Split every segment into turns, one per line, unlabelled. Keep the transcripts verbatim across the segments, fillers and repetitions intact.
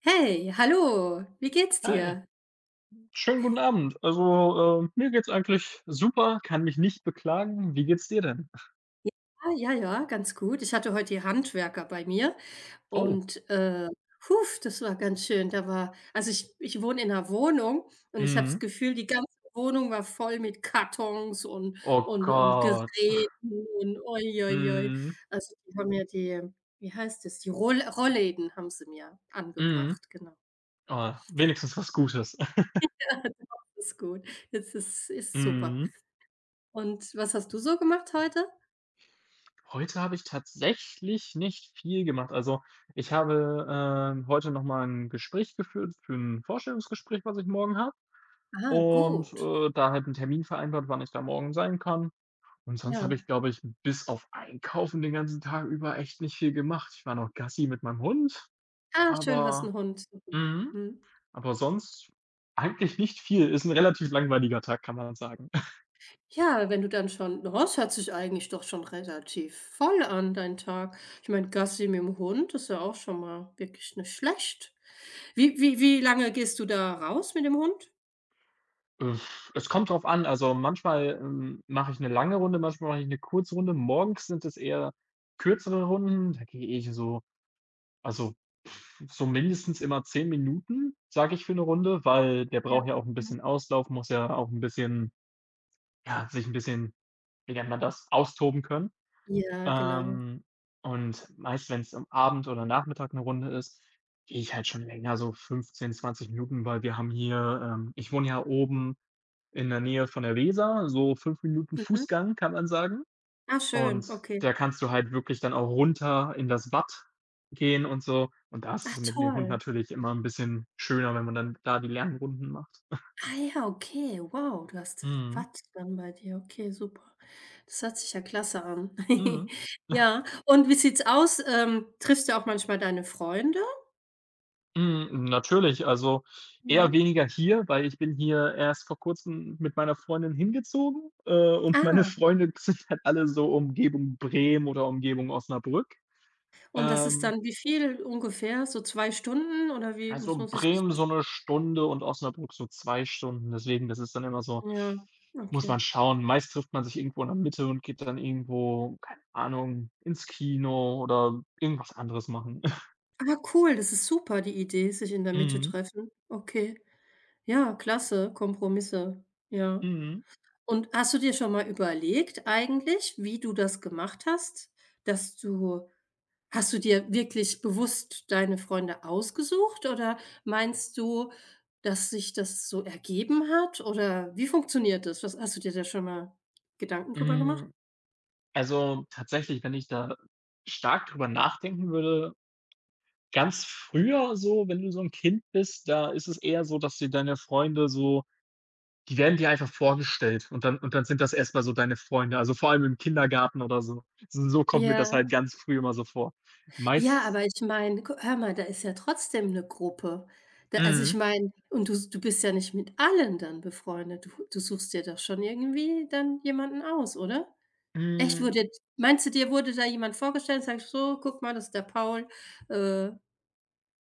Hey, hallo, wie geht's
Hi,
dir?
schönen guten Abend. Also, äh, mir geht's eigentlich super, kann mich nicht beklagen. Wie geht's dir denn?
Ah, ja, ja, ganz gut. Ich hatte heute die Handwerker bei mir
Oh,
und, äh, huf, das war ganz schön. Da war also ich ich wohne in einer Wohnung und ich habe das
mhm.
Gefühl, die ganze Wohnung war voll mit Kartons und
Oh
und und
Gott.
Geräten und oi, oi, oi.
Mhm,
Also, die haben mir die wie heißt das? Die Roll Rollläden haben sie mir
mhm.
angebracht, genau.
Oh, wenigstens was Gutes.
Ja, doch, ist gut. Jetzt ist ist super.
Mhm.
Und was hast du so gemacht heute?
Heute habe ich tatsächlich nicht viel gemacht. Also, ich habe, ähm, heute noch mal 'n Gespräch geführt für ein Vorstellungsgespräch, was ich morgen habe,
Ah,
und,
gut.
äh, da halt einen Termin vereinbart, wann ich da morgen sein kann. Und sonst habe
Ja.
ich, glaube ich, bis auf Einkaufen den ganzen Tag über echt nicht viel gemacht. Ich war noch Gassi mit meinem Hund,
Ah, schön, hast
aber
'n Hund. Mhm.
mhm,
Mhm.
aber sonst eigentlich nicht viel. Ist ein relativ langweiliger Tag, kann man sagen.
Ja, wenn du dann schon na, es hört sich eigentlich doch schon relativ voll an, dein Tag. Ich meine, Gassi mit'm Hund ist ja auch schon mal wirklich nicht schlecht. Wie wie wie lange gehst du da raus mit dem Hund?
Äh, Es kommt drauf an, also manchmal, ähm, mache ich eine lange Runde, manchmal mache ich eine Kurzrunde. Morgens sind es eher kürzere Runden, da gehe ich so, also pff, so mindestens immer zehn Minuten, sage ich, für eine Runde, weil der
Ja.
braucht ja auch ein
Mhm.
bisschen Auslauf, muss ja auch ein bisschen. Ja, sich ein bisschen, wie nennt man das, austoben können.
Ja, genau.
Ähm, und meist, wenn es am Abend oder Nachmittag eine Runde ist, gehe ich halt schon länger, so fünfzehn zwanzig Minuten, weil wir haben hier, ähm, ich wohne ja oben in der Nähe von der Weser, so fünf Minuten
Mhm.
Fußgang, kann man sagen.
Ah, schön,
Und
okay.
da kannst du halt wirklich dann auch runter in das Watt gehen und so. Und da ist
Ah,
es mit dem Hund
toll.
natürlich immer ein bisschen schöner, wenn man dann da die Lernrunden macht.
Ah ja, okay, wow, du hast
Mhm,
Watt dann bei dir. Okay, super. Das hört sich ja klasse an.
mhm.
Ja, und wie sieht's aus? Ähm, triffst du auch manchmal deine Freunde?
Hm, natürlich, also eher
Ja.
weniger hier, weil ich bin hier erst vor Kurzem mit meiner Freundin hingezogen, äh, und meine
Ah,
Freunde sind halt alle so Umgebung Bremen oder Umgebung Osnabrück.
und das ist
Ähm,
dann wie viel ungefähr? So zwei Stunden oder wie muss
also
man sich das
Bremen so
vorstellen?
eine Stunde und Osnabrück so zwei Stunden. Deswegen, das ist dann immer so,
Ja,
muss
okay.
man schauen. Meist trifft man sich irgendwo in der Mitte und geht dann irgendwo, keine Ahnung, ins Kino oder irgendwas anderes machen.
Ah, cool, das ist super, die Idee, sich in der Mitte
Mhm,
treffen. Okay. Ja, klasse, Kompromisse. Ja.
mhm.
Und hast du dir schon mal überlegt eigentlich, wie du das gemacht hast, dass du Hast du dir wirklich bewusst deine Freunde ausgesucht oder meinst du, dass sich das so ergeben hat oder wie funktioniert das? Was hast du dir da schon mal Gedanken drüber gemacht?
Hm, Also, tatsächlich, wenn ich da stark drüber nachdenken würde, ganz früher so, wenn du so ein Kind bist, da ist es eher so, dass dir deine Freunde so, die werden dir einfach vorgestellt, und dann und dann sind das erst mal so deine Freunde, also, vor allem im Kindergarten oder so. So so kommt mir das
Ja.
halt ganz früh immer so vor.
Ja,
Meist
aber ich meine, hör mal, da ist ja trotzdem eine Gruppe. Da also,
mhm,
ich meine und du du bist ja nicht mit allen dann befreundet. Du du suchst dir doch schon irgendwie dann jemanden aus, oder? Echt,
hm,
wurde meinst du, dir wurde da jemand vorgestellt und sagst: „So, guck mal, das ist der Paul, äh“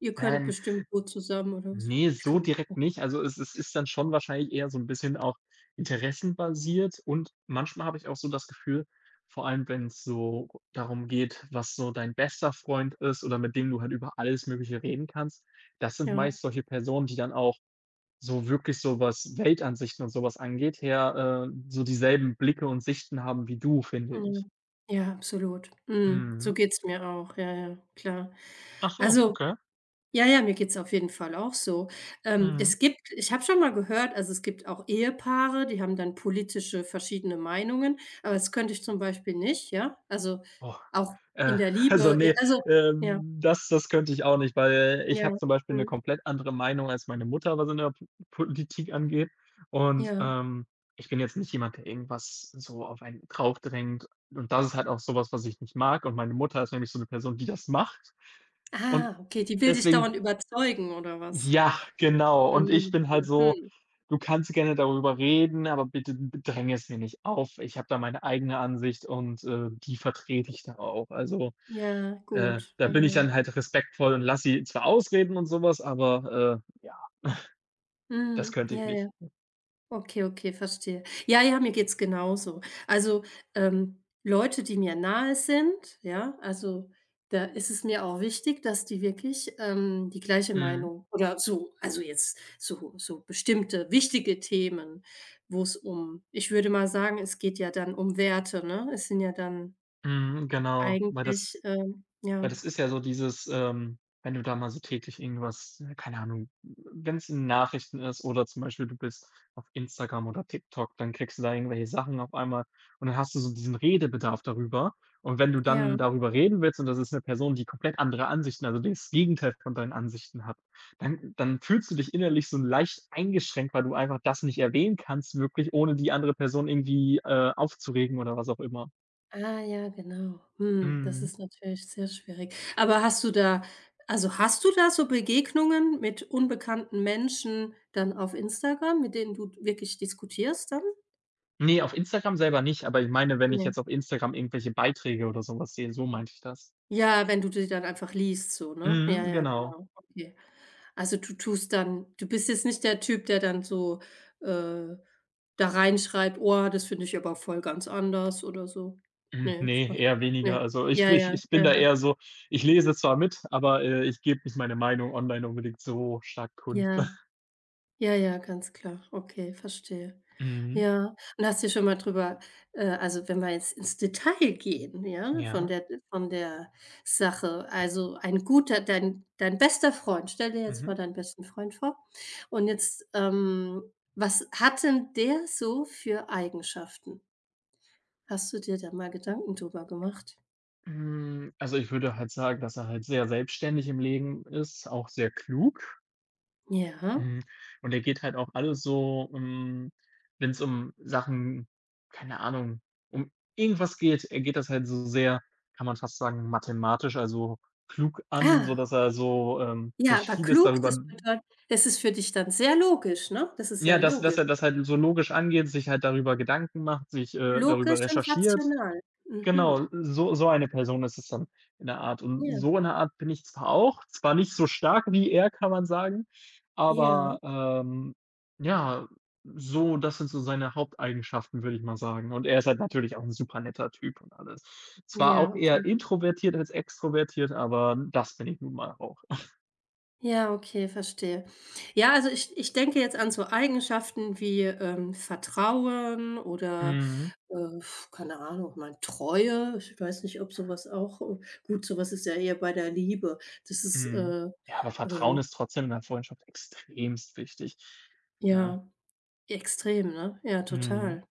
Ihr könnt
ähm
bestimmt gut zusammen oder was?
nee,
Ich
so
kann
direkt nicht. Also, es es ist dann schon wahrscheinlich eher so ein bisschen auch interessenbasiert, und manchmal habe ich auch so das Gefühl, vor allem wenn es so darum geht, was so dein bester Freund ist oder mit dem du halt über alles Mögliche reden kannst. Das sind
Ja,
meist solche Personen, die dann auch so wirklich so, was Weltansichten und sowas angeht, her äh, so dieselben Blicke und Sichten haben wie du, finde
ja.
ich.
Ja, absolut. Mhm,
Mhm.
so geht's mir auch. Ja, ja, klar.
Ach so,
Also
okay.
ja, ja, mir geht's auf jeden Fall auch so. Ähm,
Mhm.
es gibt ich habe schon mal gehört, also, es gibt auch Ehepaare, die haben dann politische verschiedene Meinungen, aber das könnte ich zum Beispiel nicht, ja? Also,
Oh,
auch in
Äh,
der
also,
Liebe, ja,
nee,
also ja,
ähm, das das könnte ich auch nicht, weil ich
ja,
habe zum Beispiel eine
mhm,
komplett andere Meinung als meine Mutter, was in der Po Politik angeht. Und,
ja.
ähm, ich bin jetzt nicht jemand, der irgendwas so auf einen draufdrängt. Und das ist halt auch sowas, was ich nicht mag. Und meine Mutter ist nämlich so eine Person, die das macht. Und
Ah, okay, die will dich
deswegen
dauernd überzeugen oder was?
ja, genau. Und ich
Mhm,
bin halt so:
mhm.
„Du kannst gerne darüber reden, aber bitte dränge es mir nicht auf. Ich habe da meine eigene Ansicht und, äh, die vertrete ich da auch.“ Also,
Ja,
äh,
gut.
da
Ja,
bin ich
ja.
dann halt respektvoll und lass sie zwar ausreden und sowas, aber, äh, ja, das
Mhm.
könnte ich
Ja,
nicht.
ja. Okay, okay, verstehe. Ja, ja, mir geht's genauso. Also, ähm, Leute, die mir nahe sind, ja, also, da ist es mir auch wichtig, dass die wirklich, ähm, die gleiche
Mhm,
Meinung oder so also, jetzt so so bestimmte wichtige Themen, wo es um ich würde mal sagen, es geht ja dann um Werte, ne? Es sind ja dann
mhm, genau, weil
eigentlich,
das.
ähm
Weil
ja,
das ist ja so dieses, ähm, wenn du da mal so täglich irgendwas, äh, keine Ahnung, wenn es in Nachrichten ist oder zum Beispiel du bist auf Instagram oder TikTok, dann kriegst du da irgendwelche Sachen auf einmal und dann hast du so diesen Redebedarf darüber. Und wenn du dann
ja.
darüber reden willst und das ist eine Person, die komplett andere Ansichten, also das Gegenteil von deinen Ansichten hat, dann dann fühlst du dich innerlich so leicht eingeschränkt, weil du einfach das nicht erwähnen kannst wirklich, ohne die andere Person irgendwie, äh, aufzuregen oder was auch immer.
Ah ja, genau. Hm, das
Mhm.
ist natürlich sehr schwierig. Aber hast du da also, hast du da so Begegnungen mit unbekannten Menschen dann auf Instagram, mit denen du wirklich diskutierst dann?
Ne, auf Instagram selber nicht, aber ich meine, wenn ich
Ne.
jetzt auf Instagram irgendwelche Beiträge oder so was sehe, so meinte ich das.
Ja, wenn du die dann einfach liest so, ne? Ja,
Mhm,
ja,
genau.
genau. Okay. Also, du tust dann du bist jetzt nicht der Typ, der dann so, äh, da reinschreibt: „Oh, das finde ich aber voll ganz anders" oder so.
Hm,
Ne, das
ne,
machst
eher
Ne.
weniger. Also, ich
Ja,
ich
ja,
ich bin
ja,
da
ja.
eher so, ich lese zwar mit, aber, äh, ich gebe nicht meine Meinung online unbedingt so stark kund.
Ja. Ja, ja, ganz klar. Okay, verstehe.
Mhm,
Ja, und hast du schon mal drüber äh, also, wenn wir jetzt ins Detail gehen, ja, von
ja,
der von der Sache, also, ein guter dein dein bester Freund stell dir jetzt
mhm.
mal deinen besten Freund vor und jetzt, ähm, was hat denn der so für Eigenschaften? Hast du dir da mal Gedanken drüber gemacht?
Hm, also, ich würde halt sagen, dass er halt sehr selbstständig im Leben ist, auch sehr klug.
Ja.
Mhm. Und der geht halt auch alles so, um, wenn es um Sachen, keine Ahnung, um irgendwas geht, er geht das halt so sehr, kann man fast sagen, mathematisch, also klug an, so
Ah,
dass er so, ähm,
ja,
sich
aber
vieles
klug, das
darüber,
bedeutet das ist für dich dann sehr logisch, ne? Das ist ja
ja, dass dass
logisch.
er das halt so logisch angeht, sich halt darüber Gedanken macht, sich, äh, darüber
Logisch und
recherchiert.
rational. Mhm.
Genau, so so eine Person ist es dann in der Art. Und
Ja.
so in der Art bin ich zwar auch, zwar nicht so stark wie er, kann man sagen, aber,
Ja.
ähm, ja, so das sind so seine Haupteigenschaften, würde ich mal sagen. Und er ist halt natürlich auch ein super netter Typ und alles. Zwar
Ja,
auch eher
okay.
introvertiert als extrovertiert, aber das bin ich nun mal auch.
Ja, okay, verstehe. Ja, also ich ich denke jetzt an so Eigenschaften wie, ähm, Vertrauen oder,
Mhm,
äh, keine Ahnung, mal Treue. Ich weiß nicht, ob sowas auch äh, gut, sowas ist ja eher bei der Liebe. Das ist,
mhm.
äh,
Ja, aber Vertrauen
äh,
ist trotzdem in der Freundschaft extremst wichtig, ne?
ja, extrem, ne? Ja,
Mhm.
total.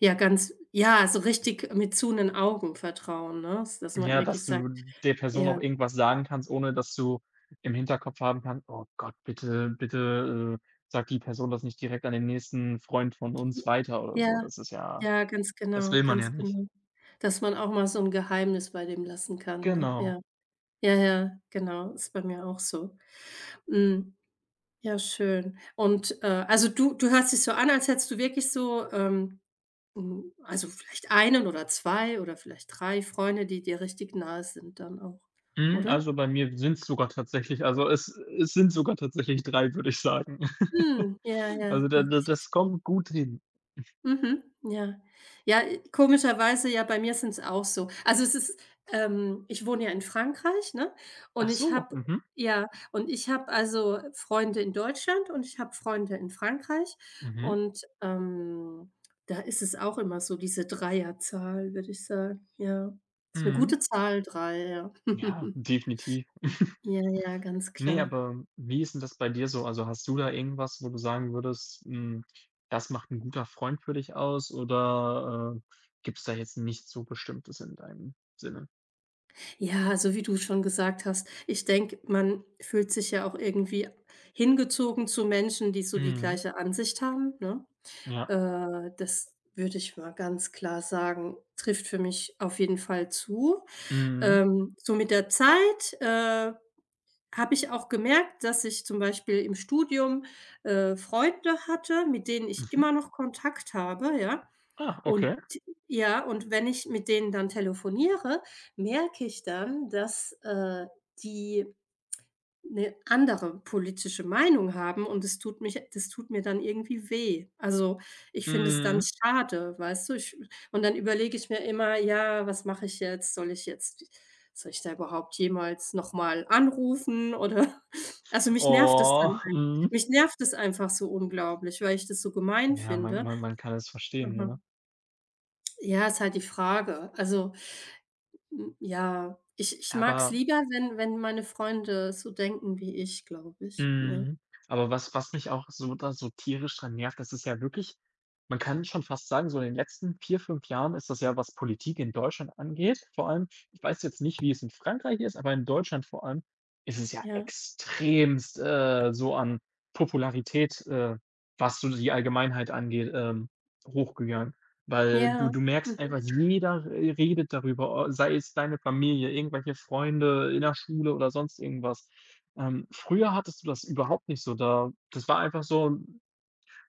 Ja, ganz ja, so richtig mit zu 'nen Augen Vertrauen, ne? dass man
Ja, dass
wirklich sagt
du der Person auch
ja.
irgendwas sagen kannst, ohne dass du im Hinterkopf haben kannst: „Oh Gott, bitte bitte, äh, sagt die Person das nicht direkt an den nächsten Freund von uns weiter“ oder so.
Ja.
Das ist ja
Ja, ganz
das
genau,
will man ja
ganz
nicht.
genau. Dass man auch mal so 'n Geheimnis bei dem lassen kann, ne?
Genau.
Ja. Ja, ja, genau, ist bei mir auch so. Hm, ja, schön. Und, äh, also, du du hörst dich so an, als hättest du wirklich so, ähm, hm, also, vielleicht einen oder zwei oder vielleicht drei Freunde, die dir richtig nahe sind dann auch,
Mhm,
oder?
also, bei mir sind's sogar tatsächlich, also, es es sind sogar tatsächlich drei, würde ich sagen.
Hm, ja, ja,
Also, da
das
da
ist
das
schön.
kommt gut hin.
Mhm, ja. Ja, äh, komischerweise, ja, bei mir sind's auch so. Also, es ist ähm, ich wohne ja in Frankreich, ne?
Ach
Und ich
so,
habe
mhm,
ja, und ich habe also Freunde in Deutschland und ich habe Freunde in Frankreich
mhm,
und, ähm, da ist es auch immer so diese Dreierzahl, würde ich sagen, ja. Ist eine
mhm.
gute Zahl drei. ja.
Ja, definitiv.
Ja, ja, ganz
Ne,
klar.
aber wie ist denn das bei dir so? Also, hast du da irgendwas, wo du sagen würdest, hm, das macht ein guter Freund für dich aus oder, äh, gibt's da jetzt nichts so Bestimmtes in deinem Sinne?
Ja, also wie du schon gesagt hast, ich denke, man fühlt sich ja auch irgendwie hingezogen zu Menschen, die so die
Mhm,
gleiche Ansicht haben, ne?
ja.
Äh, das würde ich mal ganz klar sagen, trifft für mich auf jeden Fall zu.
Mhm,
Ähm, so mit der Zeit, äh, habe ich auch gemerkt, dass ich zum Beispiel im Studium, äh, Freunde hatte, mit denen ich
mhm.
immer noch Kontakt habe, ja.
Ah,
Und
okay.
ja, und wenn ich mit denen dann telefoniere, merke ich dann, dass, äh, die eine andere politische Meinung haben und es tut mich das tut mir dann irgendwie weh. Also, ich finde es dann
Mhm.
schade, weißt du? Ich Und dann überlege ich mir immer: „Ja, was mache ich jetzt? Soll ich jetzt soll ich da überhaupt jemals noch mal anrufen?" Oder also, mich nervt es dann
Oh,
ein
mhm.
mich nervt es einfach so unglaublich, weil ich das so gemein
Ja, man
finde,
man man kann es verstehen,
aber
ne?
ja, ist halt die Frage. Also, hm, ja, ich ich mag's
Aber
lieber, wenn wenn meine Freunde so denken wie ich, glaube ich. Ja,
Mhm. Aber was was mich auch so da so tierisch dran nervt, das ist ja wirklich, man kann schon fast sagen, so in den letzten vier fünf Jahren ist das ja, was Politik in Deutschland angeht, vor allem, ich weiß jetzt nicht, wie es in Frankreich ist, aber in Deutschland vor allem ist es ja
ja,
extremst, äh, so an Popularität, äh, was so die Allgemeinheit angeht, ähm, hochgegangen. Weil du
ja.
du merkst
Mhm,
einfach, jeder redet darüber, sei es deine Familie, irgendwelche Freunde in der Schule oder sonst irgendwas. Ähm, früher hattest du das überhaupt nicht so. Da das war einfach so,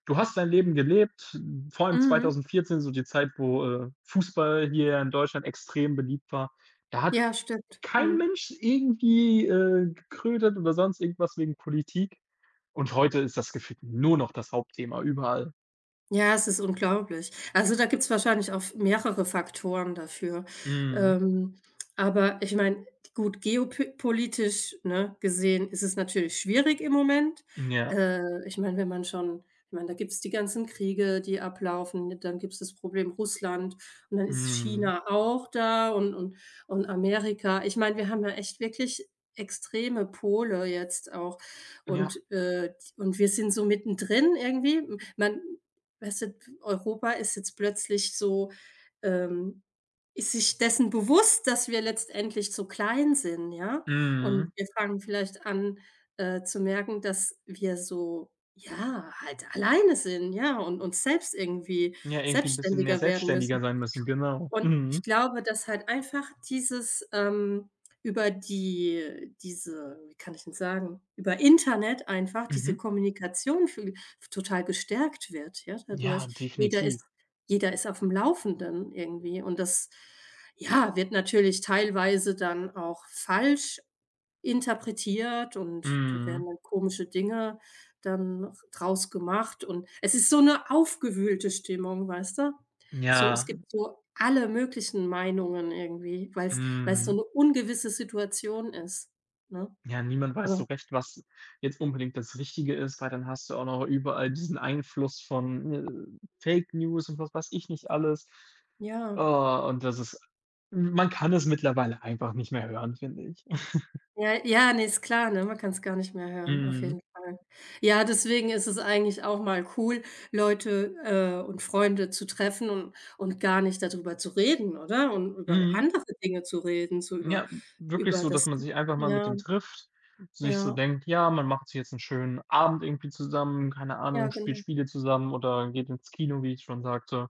du hast dein Leben gelebt, vor allem
mhm.
zwanzig vierzehn, so die Zeit, wo, äh, Fußball hier in Deutschland extrem beliebt war. Da hat
Ja, stimmt.
kein
Mhm.
Mensch irgendwie, äh, getrödelt oder sonst irgendwas wegen Politik. Und heute ist das gefühlt nur noch das Hauptthema überall.
Ja, es ist unglaublich. Also, da gibt's wahrscheinlich auch mehrere Faktoren dafür.
Mhm.
Ähm, aber ich meine, gut, geopolitisch ne, gesehen ist es natürlich schwierig im Moment.
Ja.
Äh, ich meine, wenn man schon ich meine, da gibt's die ganzen Kriege, die ablaufen, dann gibt's das Problem Russland und dann ist
Mhm.
China auch da und und und Amerika. Ich meine, wir haben ja echt wirklich extreme Pole jetzt auch
Ja.
und, äh, und wir sind so mittendrin irgendwie. Man Weißt du, Europa ist jetzt plötzlich so ähm, ist sich dessen bewusst, dass wir letztendlich so klein sind, ja?
Mhm.
Und wir fangen vielleicht an, äh, zu merken, dass wir so, ja, halt alleine sind, ja, und uns selbst irgendwie
Ja, irgendwie 'n bisschen mehr
selbstständiger werden
selbstständiger
müssen.
sein müssen, genau.
Und ich
Mhm.
glaube, dass halt einfach dieses, ähm über die diese wie kann ich denn sagen, über Internet einfach diese
Mhm.
Kommunikation viel total gestärkt wird, ja,
Ja,
dadurch. Jeder
definitiv.
ist jeder ist auf dem Laufenden irgendwie und das, ja, wird natürlich teilweise dann auch falsch Interpretiert und da werden
Mhm.
dann komische Dinge dann draus gemacht und es ist so 'ne aufgewühlte Stimmung, weißt du? So, es
Ja.
gibt so alle möglichen Meinungen irgendwie, weil's weil's so
Mhm.
'ne ungewisse Situation ist, ne?
Ja, niemand weiß so
Aber
recht, was jetzt unbedingt das Richtige ist, weil dann hast du auch noch überall diesen Einfluss von, äh, Fake News und was weiß ich nicht alles.
ja.
Oh, und das ist, man kann es mittlerweile einfach nicht mehr hören, finde ich.
Ja, ja, ne, ist klar, ne? Man kann es gar nicht mehr hören, auf
Mhm.
jeden Fall. Ja, deswegen ist es eigentlich auch mal cool, Leute, äh, und Freunde zu treffen und und gar nicht darüber zu reden, oder? Und über
Mhm.
andere Dinge zu reden, so über
Ja, wirklich
über
so, dass
das
man sich einfach mal mit
ja,
denen trifft, sich so
ja,
denkt, ja, man macht sich jetzt einen schönen Abend irgendwie zusammen, keine
ja,
Ahnung, spielt
genau.
Spiele zusammen oder geht ins Kino, wie ich schon sagte,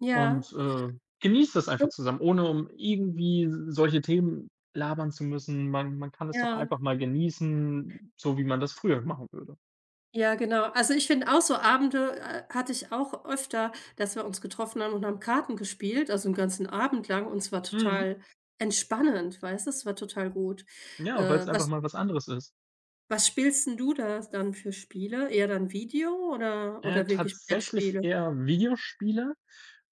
Ja,
und, äh, genießt das einfach zusammen, ohne um irgendwie solche Themen labern zu müssen. Man man kann es doch
ja.
einfach mal genießen, so wie man das früher machen würde.
Ja, genau. Also, ich finde auch so Abende, äh, hatte ich auch öfter, dass wir uns getroffen haben und haben Karten gespielt, also 'n ganzen Abend lang und es war
Mhm.
total entspannend, weißt du? Es war total gut.
Ja, weil es
Äh,
einfach
was
mal was anderes ist.
was spielst 'n du da dann für Spiele? Eher dann Video oder
Äh,
oder wirklich
tatsächlich
Brettspiele?
eher Videospiele,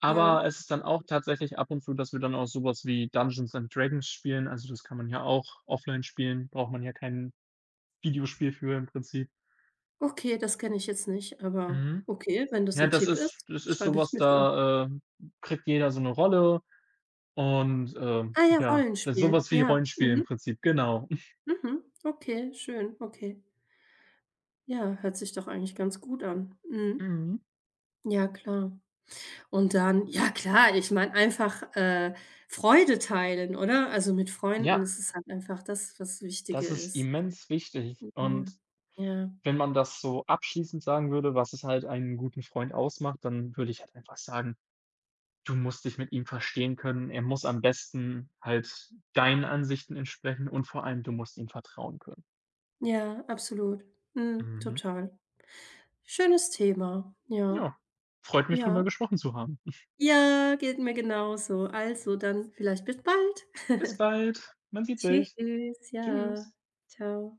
aber
Ja.
es ist dann auch tatsächlich ab und zu, dass wir dann auch sowas wie Dungeons and Dragons spielen. Also, das kann man ja auch offline spielen, braucht man ja kein Videospiel für im Prinzip.
Okay, das kenne ich jetzt nicht, aber
Mhm.
okay, wenn das
Ja,
'n
das
Tipp
ist
ist,
das ist
schreibe ich
sowas
mir's auf.
da, ähm, kriegt jeder so 'ne Rolle und, ähm,
Ah ja,
ja, das so
Rollenspiel.
wie
Ja.
Rollenspiel im
Mhm.
Prinzip, genau.
Mhm. Okay, schön. Okay. Ja, hört sich doch eigentlich ganz gut an. Mhm.
Mhm.
Ja, klar. Und dann ja klar, ich meine einfach, äh, Freude teilen, oder? Also, mit Freunden
Ja,
ist es halt einfach das, was Wichtige
das ist
ist.
immens wichtig, und
Ja, ja,
wenn man das so abschließend sagen würde, was es halt einen guten Freund ausmacht, dann würde ich halt einfach sagen: Du musst dich mit ihm verstehen können. Er muss am besten halt deinen Ansichten entsprechen und vor allem, du musst ihm vertrauen können.
ja, absolut. Mhm,
Mhm.
total. Schönes Thema. Ja,
Ja, freut mich,
ja.
drüber gesprochen zu haben.
Ja, geht mir genauso. Also, dann vielleicht bis bald.
Bis bald. Man sieht sich.
Tschüss, ja.
Tschüss.
ciao